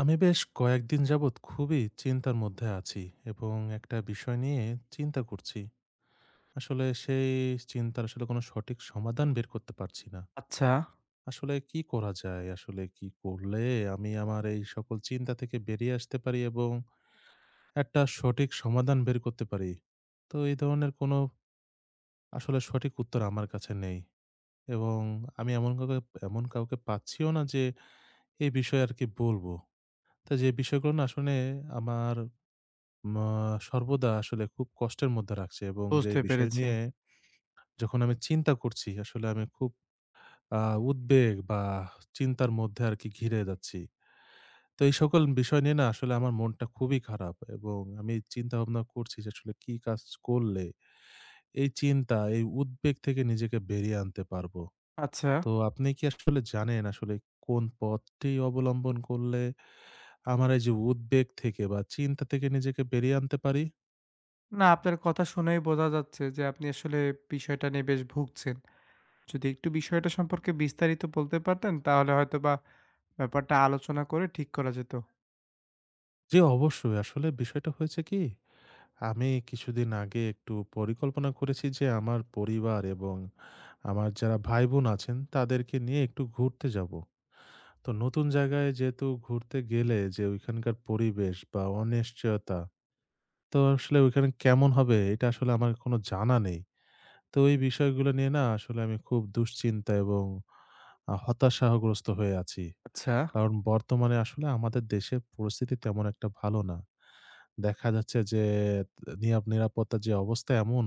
আমি বেশ কয়েকদিন যাবৎ খুবই চিন্তার মধ্যে আছি এবং একটা বিষয় নিয়ে চিন্তা করছি। আসলে সেই চিন্তার আসলে কোনো সঠিক সমাধান বের করতে পারছি না। আচ্ছা, আসলে কি করা যায়? আসলে কি করলে আমি আমার এই সকল চিন্তা থেকে বেরিয়ে আসতে পারি এবং একটা সঠিক সমাধান বের করতে পারি? তো এই ধরনের কোনো আসলে সঠিক উত্তর আমার কাছে নেই, এবং আমি এমন কাউকে পাচ্ছিও না যে এই বিষয়ে আরকি বলবো। তো যে বিষয়গুলো না শুনে আমার মা সর্বদা আসলে খুব কষ্টের মধ্যে রাখছে, এবং যে বুঝতে বিষয় পেরেছি। নিয়ে যখন আমি চিন্তা করছি, আসলে আমি খুব আ উদ্বেগ বা চিন্তার মধ্যে আরকি ঘিরে যাচ্ছি। তো এই সকল বিষয় নিয়ে না আসলে আমার মনটা খুবই খারাপ, এবং আমি চিন্তাভাবনা করছি যে আসলে কি কাজ করলে এই চিন্তা, এই উদ্বেগ থেকে নিজেকে বেরিয়ে আনতে পারবো? আচ্ছা। তো আপনি কি আসলে জানেন, আসলে কোন পথটি অবলম্বন করলে আমার এই যে উদ্বেগ থেকে বা চিন্তা থেকে নিজেকে বেরিয়ে আনতে পারি? না আপনার কথা শুনেই বোঝা যাচ্ছে যে আপনি আসলে বিষয়টা নিয়ে বেশ ভুগছেন। যদি একটু বিষয়টা সম্পর্কে বিস্তারিত বলতে পারতেন তাহলে হয়তোবা ব্যাপারটা আলোচনা করে ঠিক করা যেত। জি, অবশ্যই। আসলে বিষয়টা হয়েছে কি, আমি কিছুদিন আগে একটু পরিকল্পনা করেছি যে আমার পরিবার এবং আমার যারা ভাই বোন আছেন তাদেরকে নিয়ে একটু ঘুরতে যাব। তো নতুন জায়গায় যেহেতু ঘুরতে গেলে যে ওইখানকার পরিবেশ বা অনিশ্চয়তা, তো আসলে ওইখানে কেমন হবে এটা আসলে আমার কোনো জানা নেই। তো এই বিষয়গুলো নিয়ে না আসলে আমি খুব দুশ্চিন্তা এবং হতাশাগ্রস্ত হয়ে আছি। আচ্ছা, কারণ বর্তমানে আসলে আমাদের দেশের পরিস্থিতি তেমন একটা ভালো না। দেখা যাচ্ছে যে নিরাপত্তার যে অবস্থা এমন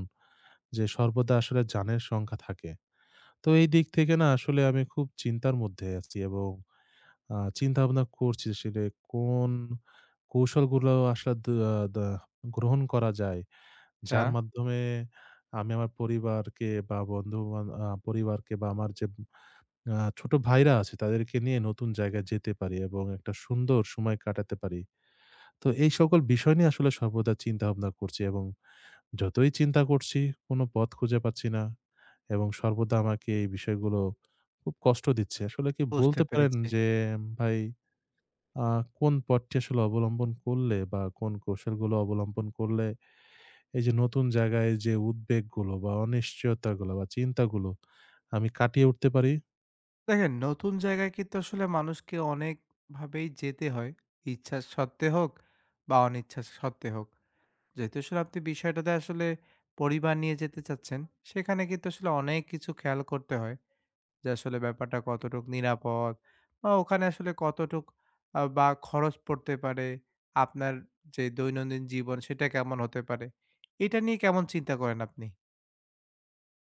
যে সর্বদা আসলে জানের সংখ্যা থাকে। তো এই দিক থেকে না আসলে আমি খুব চিন্তার মধ্যে আছি, এবং চিন্তা-ভাবনা করছি আসলে কোন কৌশলগুলো আসলে দ দা গ্রহণ করা যায়, আচ্ছা, যার মাধ্যমে আমি আমার পরিবারকে বা বন্ধু-বান আ পরিবারকে বা আমার যে ছোট ভাইরা আছে তাদেরকে নিয়ে নতুন জায়গায় যেতে পারি এবং একটা সুন্দর সময় কাটাতে পারি। তো এই সকল বিষয় নিয়ে আসলে সর্বদা চিন্তাভাবনা করছি, এবং যতই চিন্তা করছি কোনো পথ খুঁজে পাচ্ছি না, এবং সর্বদা আমাকে এই বিষয়গুলো খুব কষ্ট দিচ্ছে। আসলে কি বুঝতে বলতে পারেন পেরেছি। যে ভাই, আ কোন পথটি আসলে অবলম্বন করলে বা কোন কৌশলগুলো অবলম্বন করলে এই যে নতুন জায়গায় যে উদ্বেগগুলো বা অনিশ্চয়তাগুলো বা চিন্তাগুলো আমি কাটিয়ে উঠতে পারি? দেখেন নতুন জায়গায় কিন্তু আসলে মানুষকে অনেকভাবেই যেতে হয়। ইচ্ছা সত্ত্বে হোক বা অনিচ্ছা সত্ত্বে হোক। যেহেতু আসলে আপনি বিষয়টাতে আসলে পরিবার নিয়ে যেতে চাচ্ছেন, সেখানে কিন্তু আসলে অনেক কিছু খেয়াল করতে হয়। যে আসলে ব্যাপারটা কতটুক নিরাপদ বা ওখানে আসলে কতটুক বা খরচ পড়তে পারে, আপনার যে দৈনন্দিন জীবন সেটা কেমন হতে পারে? এটা নিয়ে কেমন চিন্তা করেন আপনি?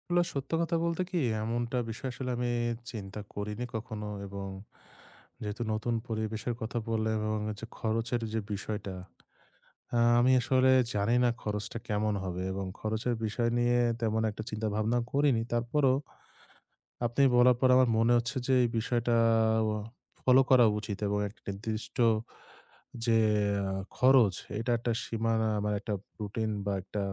আসলে সত্য কথা বলতে কি, এমনটা বিষয় আসলে আমি চিন্তা করিনি কখনো। এবং যেহেতু নতুন পরিবেশের কথা বললে, এবং যে খরচের যে বিষয়টা, আমি আসলে জানি না খরচটা কেমন হবে, এবং খরচের বিষয় নিয়ে তেমন একটা চিন্তা ভাবনা করিনি। তারপরও আপনি বলার পর আমার মনে হচ্ছে যে এই বিষয়টা ফলো করা উচিত, এবং একটা নির্দিষ্ট যে খরচ, এটা একটা সীমানা, আমার একটা রুটিন বা একটা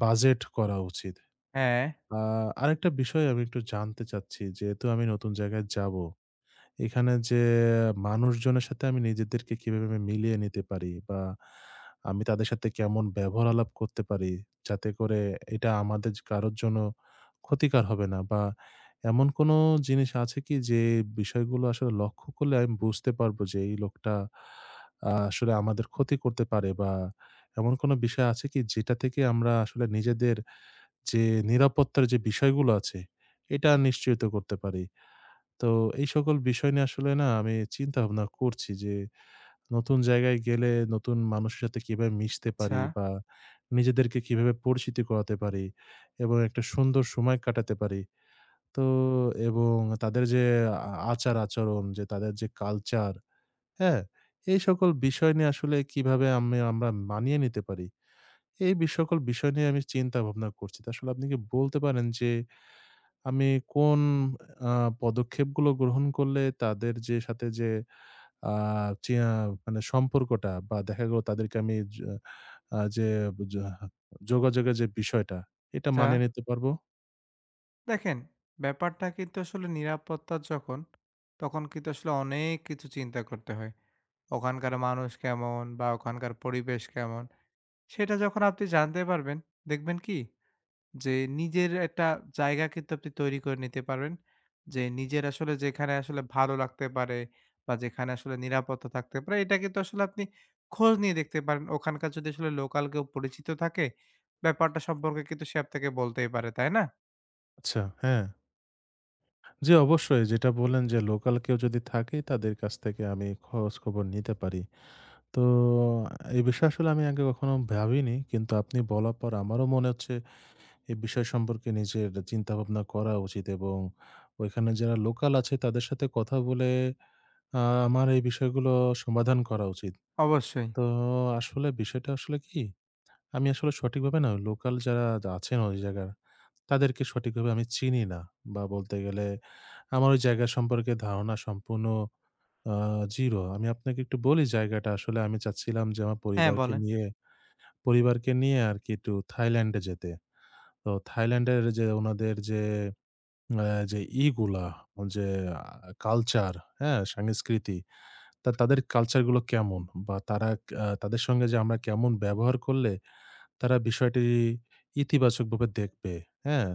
বাজেট করা উচিত। হ্যাঁ, আ আরেকটা বিষয় আমি একটু জানতে চাচ্ছি। যেহেতু আমি নতুন জায়গায় যাবো, এখানে যে মানুষজনের সাথে আমি নিজেদেরকে কিভাবে আমি মিলিয়ে নিতে পারি, বা আমি তাদের সাথে কেমন ব্যবহার আলাপ করতে পারি? যাতে করে এটা আমাদের কারোর জন্য ক্ষতিকর হবে না, বা এমন কোনো জিনিস আছে কি যে বিষয়গুলো আসলে লক্ষ্য করলে আমি বুঝতে পারবো যে এই লোকটা আসলে আমাদের ক্ষতি করতে পারে, বা এমন কোনো বিষয় আছে কি যেটা থেকে আমরা আসলে নিজেদের যে নিরাপত্তার যে বিষয়গুলো আছে, এটা নিশ্চয়িত করতে পারি। তো এই সকল বিষয় নিয়ে আসলে না আমি চিন্তাভাবনা করছি যে, নতুন জায়গায় গেলে নতুন মানুষের সাথে কিভাবে মিশতে আচ্ছা, পারি, বা নিজেদেরকে কিভাবে পরিচিতি করাতে পারি এবং একটা সুন্দর সময় কাটাতে পারি। তো এবং তাদের যে আচার-আচরণ, যে তাদের যে কালচার, হ্যাঁ? এই সকল বিষয় নিয়ে আসলে কিভাবে আমি আমরা মানিয়ে নিতে পারি? এই সকল বিষয় নিয়ে আমি চিন্তাভাবনা করছি। তো আসলে আপনি কি বলতে পারেন যে আমি কোন আ পদক্ষেপগুলো গ্রহণ করলে তাদের যে সাথে যে আ চিয়া মানে সম্পর্কটা, বা দেখা গেল তাদেরকে আমি য আ যে য যোগাযোগের যে বিষয়টা, এটা আচ্ছা। মানিয়ে নিতে পারবো? দেখেন, ব্যাপারটা কিন্তু আসলে নিরাপত্তার যখন, তখন কিন্তু আসলে অনেক কিছু চিন্তা করতে হয়। ওখানকার মানুষ কেমন বা ওখানকার পরিবেশ কেমন, সেটা যখন আপনি জানতে পারবেন, দেখবেন কি যে নিজের একটা জায়গা কিন্তু আপনি তৈরি করে নিতে পারবেন। যে নিজের আসলে যেখানে আসলে ভালো লাগতে পারে বা যেখানে আসলে নিরাপত্তা থাকতে পারে, এটা কিন্তু আসলে আপনি খোঁজ নিয়ে দেখতে পারেন। ওখানকার যদি আসলে লোকাল কেউ পরিচিত থাকে, ব্যাপারটা সম্পর্কে কিন্তু সে আপনাকে বলতেই পারে, তাই না? আচ্ছা, হ্যাঁ। জি, অবশ্যই, যেটা বললেন যে লোকাল কেউ যদি থাকে তাদের কাছ থেকে আমি খোঁজ খবর নিতে পারি। তো এই বিষয়ে আসলে আমি আগে কখনো ভাবিনি। কিন্তু আপনি বলার পর আমারও মনে হচ্ছে এ বিষয় সম্পর্কে নিজের চিন্তাভাবনা করা উচিত, এবং ওইখানে যারা লোকাল আছে তাদের সাথে কথা বলে আ আমার এই বিষয়গুলো সমাধান করা উচিত। অবশ্যই। তো আসলে বিষয়টা আসলে কি? আমি আসলে সঠিকভাবে না, লোকাল যারা আছেন ওই জায়গার, তাদেরকে সঠিকভাবে আমি চিনি না, বা বলতে গেলে আমার ওই জায়গা সম্পর্কে ধারণা সম্পূর্ণ আ 0। আমি আপনাকে একটু বলি, জায়গাটা আসলে আমি চাচ্ছিলাম যে আমার হ্যাঁ, পরিবারকে বলেন। নিয়ে পরিবারকে নিয়ে আরকি একটু থাইল্যান্ডে যেতে। তো থাইল্যান্ডের যে উনাদের যে অ্যা যে ইগুলা যে আ কালচার, হ্যাঁ? সংস্কৃতি। তা তাদের কালচার গুলো কেমন? বা তারা আ তাদের সঙ্গে যে আমরা কেমন ব্যবহার করলে তারা বিষয়টি ইতিবাচকভাবে দেখবে, হ্যাঁ?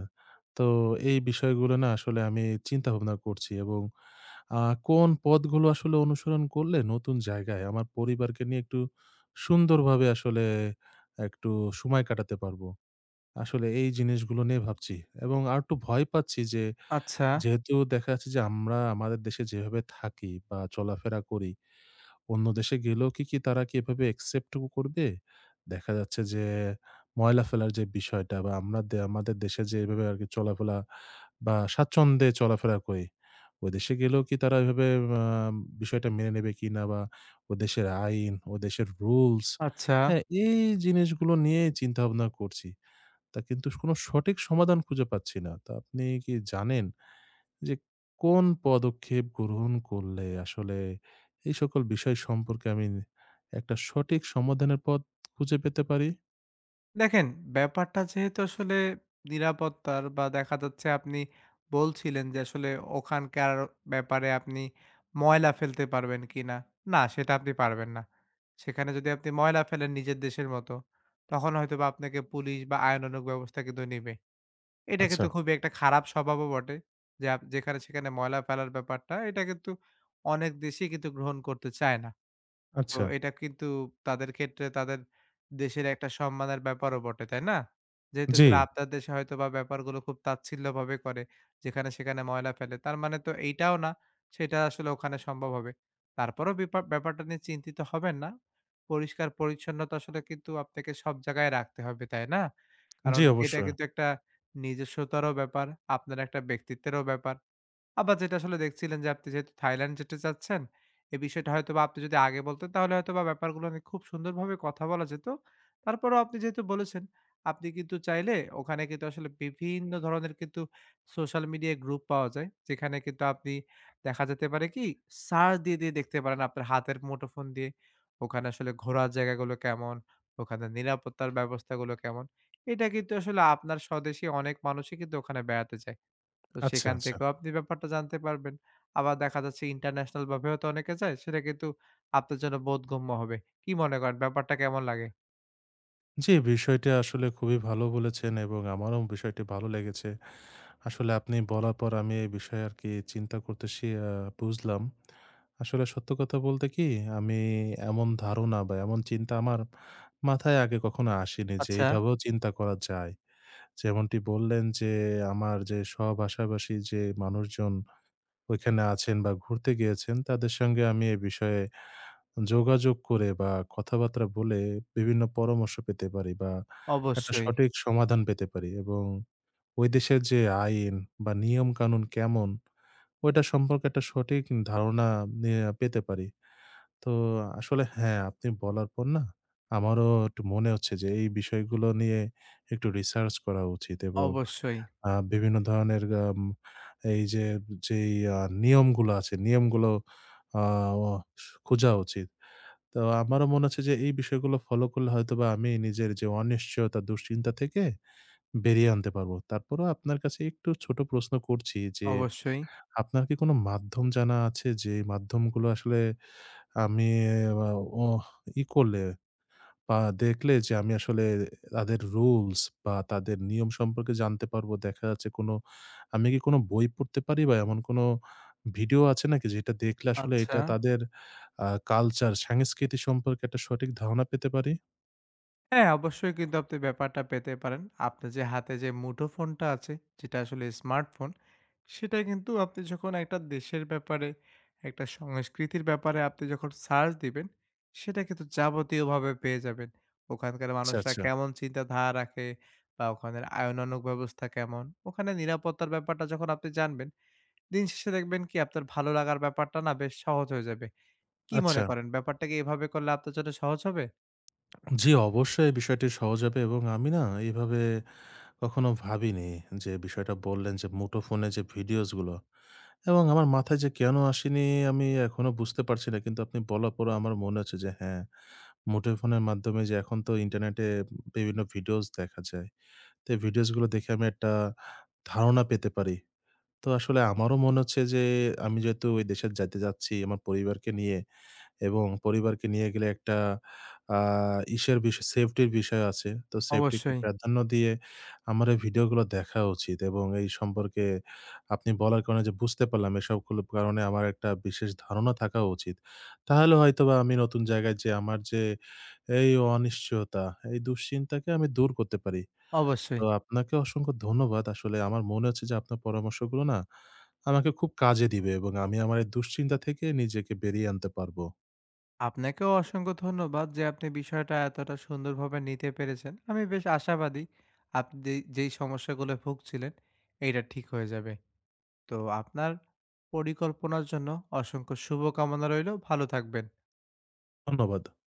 তো এই বিষয়গুলো না আসলে আমি চিন্তাভাবনা করছি, এবং আ কোন পথগুলো আসলে অনুসরণ করলে নতুন জায়গায় আমার পরিবারকে নিয়ে একটু সুন্দরভাবে আসলে একটু সময় কাটাতে পারবো। আসলে এই জিনিসগুলো নিয়ে ভাবছি, এবং আরেকটু ভয় পাচ্ছি যে, আচ্ছা, যেহেতু দেখা যাচ্ছে যে আমরা আমাদের দেশে যেভাবে থাকি বা চলাফেরা করি, অন্য দেশে গেলেও কি তারা কি এভাবে accept টুকু করবে? দেখা যাচ্ছে যে ময়লা ফেলার যে বিষয়টা, বা আমরা আমাদের দেশে যে এভাবে আরকি চলাফেরা বা স্বাচ্ছন্দ্যে চলাফেরা করি, ও দেশে গেলেও কি তারা এভাবে আ বিষয়টা মেনে নেবে কিনা, বা ও দেশের আইন, ও দেশের rules? আচ্ছা। হ্যাঁ, এই জিনিসগুলো নিয়ে চিন্তাভাবনা করছি। তা কিন্তু কোনো সঠিক সমাধান খুঁজে পাচ্ছি না। তো আপনি কি জানেন যে কোন পদক্ষেপ গ্রহণ করলে আসলে এই সকল বিষয় সম্পর্কে আমি একটা সঠিক সমাধানের পথ খুঁজে পেতে পারি? দেখেন, ব্যাপারটা যেহেতু আসলে নিরাপত্তার বা দেখা যাচ্ছে আপনি বলছিলেন যে আসলে ওখানকার ব্যাপারে আপনি ময়লা ফেলতে পারবেন কিনা? না, সেটা আপনি পারবেন না। সেখানে যদি আপনি ময়লা ফেলেন নিজের দেশের মতো, তখন হয়তোবা আপনাকে পুলিশ বা আইনানুগ ব্যবস্থা কিন্তু নিবে। এটা আচ্ছা, কিন্তু খুবই একটা খারাপ স্বভাবও বটে যে যেখানে সেখানে ময়লা ফেলার ব্যাপারটা, এটা কিন্তু অনেক দেশই কিন্তু গ্রহণ করতে চায় না। তো আচ্ছা। এটা কিন্তু তাদের ক্ষেত্রে তাদের দেশের একটা সম্মানের ব্যাপারও বটে, তাই না? যেহেতু জি, আসলে আপনার দেশে হয়তোবা ব্যাপারগুলো খুব তাচ্ছিল্যভাবে করে, যেখানে সেখানে ময়লা ফেলে। তার মানে তো এইটাও না, সেটা আসলে ওখানে সম্ভব হবে। তারপরেও ব্যাপারটা নিয়ে চিন্তিত হবেন না। পরিষ্কার-পরিচ্ছন্নতা আসলে কিন্তু আপনাকে সব জায়গায় রাখতে হবে, তাই না? কারণ জি এটা অবশ্যই। কিন্তু একটা নিজস্বতারও ব্যাপার, আপনার একটা ব্যক্তিত্বেরও ব্যাপার। আবার যেটা আসলে দেখছিলেন যে আপনি যেহেতু থাইল্যান্ড যেতে চাচ্ছেন, এই বিষয়টা হয়তোবা আপনি যদি আগে বলতেন তাহলে হয়তোবা ব্যাপারগুলো নিয়ে খুব সুন্দরভাবে কথা বলা যেত। তারপরেও আপনি যেহেতু বলেছেন, আপনি কিন্তু চাইলে ওখানে কিন্তু আসলে বিভিন্ন ধরনের কিন্তু সোশ্যাল মিডিয়া গ্রুপ পাওয়া যায়। যেখানে কিন্তু আপনি দেখা যেতে পারে কি সার্চ দিয়ে দেখতে পারেন আপনার হাতের মুঠোফোন দিয়ে। ওখানে আসলে ঘোরার জায়গাগুলো কেমন, ওখানে নিরাপত্তার ব্যবস্থাগুলো কেমন। এটা কিন্তু আসলে আপনার স্বদেশী অনেক মানুষই কিন্তু ওখানে বেড়াতে যায়। তো আচ্ছা, সেখান আচ্ছা। থেকেও আপনি ব্যাপারটা জানতে পারবেন। আবার দেখা যাচ্ছে ইন্টারন্যাশনাল ভাবেও তো অনেকে যায়, সেটা কিন্তু আপনার জন্য বোধগম্য হবে। কি মনে করেন ব্যাপারটা কেমন লাগে? জি, বিষয়টা আসলে খুবই ভালো বলেছেন, এবং আমারও বিষয়টি ভালো লেগেছে। আসলে আপনি বলার পর আমি এই বিষয়ে আরকি চিন্তা করতে শি আ বুঝলাম। আসলে সত্য কথা বলতে কি, আমি এমন ধারণা বা এমন চিন্তা আমার মাথায় আগে কখনো আসেনি যে আচ্ছা। এভাবেও চিন্তা করা যায়। যেমনটি বললেন যে, আমার যে সহ-ভাষাভাষী যে মানুষজন ওইখানে আছেন বা ঘুরতে গিয়েছেন, তাদের সঙ্গে আমি এ বিষয়ে যোগাযোগ করে বা কথাবার্তা বলে বিভিন্ন পরামর্শ পেতে পারি, বা একটা অবশ্যই, সঠিক সমাধান পেতে পারি, এবং ওই দেশের যে আইন বা নিয়মকানুন কেমন, ওইটা সম্পর্কে একটা সঠিক ধারণা নিয়ে পেতে পারি। তো আসলে হ্যাঁ, আপনি বলার পর না আমারও একটু মনে হচ্ছে যে এই বিষয়গুলো নিয়ে একটু রিসার্চ করা উচিত, এবং অবশ্যই, বিভিন্ন ধরনের এই যে যেই নিয়মগুলো আছে, নিয়মগুলো আ অ খোঁজা উচিত। তো আমারও মনে হচ্ছে যে এই বিষয়গুলো ফলো করলে হয়তোবা আমি নিজের যে অনিশ্চয়তা, দুশ্চিন্তা থেকে বেরিয়ে আনতে পারবো। তারপরেও আপনার কাছে একটু ছোট প্রশ্ন করছি যে, অবশ্যই। আপনার কি কোনো মাধ্যম জানা আছে, যে মাধ্যমগুলো আসলে আমি আ অ ই করলে আ দেখলে যে আমি আসলে তাদের রুলস বা তাদের নিয়ম সম্পর্কে জানতে পারবো? দেখা যাচ্ছে কোনো, আমি কি কোনো বই পড়তে পারি, বা এমন কোনো ভিডিও আছে নাকি যেটা দেখলে আসলে আচ্ছা। এটা তাদের কালচার, সংস্কৃতি সম্পর্কে একটা সঠিক ধারণা পেতে পারি? হ্যাঁ, অবশ্যই কিন্তু আপনি ব্যাপারটা পেতে পারেন। আপনার যে হাতে যে মুঠোফোনটা আছে, যেটা আসলে স্মার্টফোন, সেটা কিন্তু আপনি যখন একটা দেশের ব্যাপারে, একটা সংস্কৃতির ব্যাপারে আপনি যখন সার্চ দিবেন, সেটা কিন্তু যাবতীয়ভাবে পেয়ে যাবেন। ওখানকার আচ্ছা, মানুষরা আচ্ছা। কেমন চিন্তাধারা রাখে বা ওখানের আইনানুগ ব্যবস্থা কেমন, ওখানে নিরাপত্তার ব্যাপারটা যখন আপনি জানবেন, দিন শেষে দেখবেন কি আপনার ভালো লাগার ব্যাপারটা না বেশ সহজ হয়ে যাবে। কি মনে আচ্ছা। করেন ব্যাপারটা কি এভাবে করলে আপনার জন্য সহজ হবে? জি, অবশ্যই বিষয়টি সহজ হবে, এবং আমি না এভাবে কখনো ভাবিনি, যে বিষয়টা বললেন যে মুঠোফোনে যে ভিডিওস গুলো, এবং আমার মাথায় যে কেন আসেনি আমি এখনো বুঝতে পারছি না। কিন্তু আপনি বলার পরে আমার মনে হচ্ছে যে হ্যাঁ, মুঠোফোনের মাধ্যমে যে এখন তো ইন্টারনেটে বিভিন্ন ভিডিওস দেখা যায়। তো এই ভিডিওস গুলো দেখে আমি একটা ধারণা পেতে পারি। তো আসলে আমারও মনে হচ্ছে যে আমি যেহেতু ওই দেশে যাইতে যাচ্ছি আমার পরিবারকে নিয়ে, এবং পরিবারকে নিয়ে গেলে একটা আ ইসের বিষয়, সেফটির বিষয় আছে। তো সেফটিকে অবশ্যই, প্রাধান্য দিয়ে আমার এই ভিডিওগুলো দেখা উচিত, এবং এই সম্পর্কে আপনি বলার কারণে যে বুঝতে পারলাম, এসবগুলো কারণে আমার একটা বিশেষ ধারণা থাকা উচিত। তাহলে হয়তোবা আমি নতুন জায়গায় যেয়ে আমার যে এই অনিশ্চয়তা, এই দুশ্চিন্তাকে আমি দূর করতে পারি। অবশ্যই। তো আপনাকে অসংখ্য ধন্যবাদ। আসলে আমার মনে হচ্ছে যে আপনার পরামর্শগুলো না আমাকে খুব কাজে দিবে, এবং আমি আমার এই দুশ্চিন্তা থেকে নিজেকে বেরিয়ে আনতে পারবো। আপনাকেও অসংখ্য ধন্যবাদ যে আপনি বিষয়টা এতটা সুন্দরভাবে নিতে পেরেছেন। আমি বেশ আশাবাদী আপনি যেই যেই সমস্যাগুলো ভুগছিলেন, এটা ঠিক হয়ে যাবে। তো আপনার পরিকল্পনার জন্য অসংখ্য শুভকামনা রইলো। ভালো থাকবেন। ধন্যবাদ।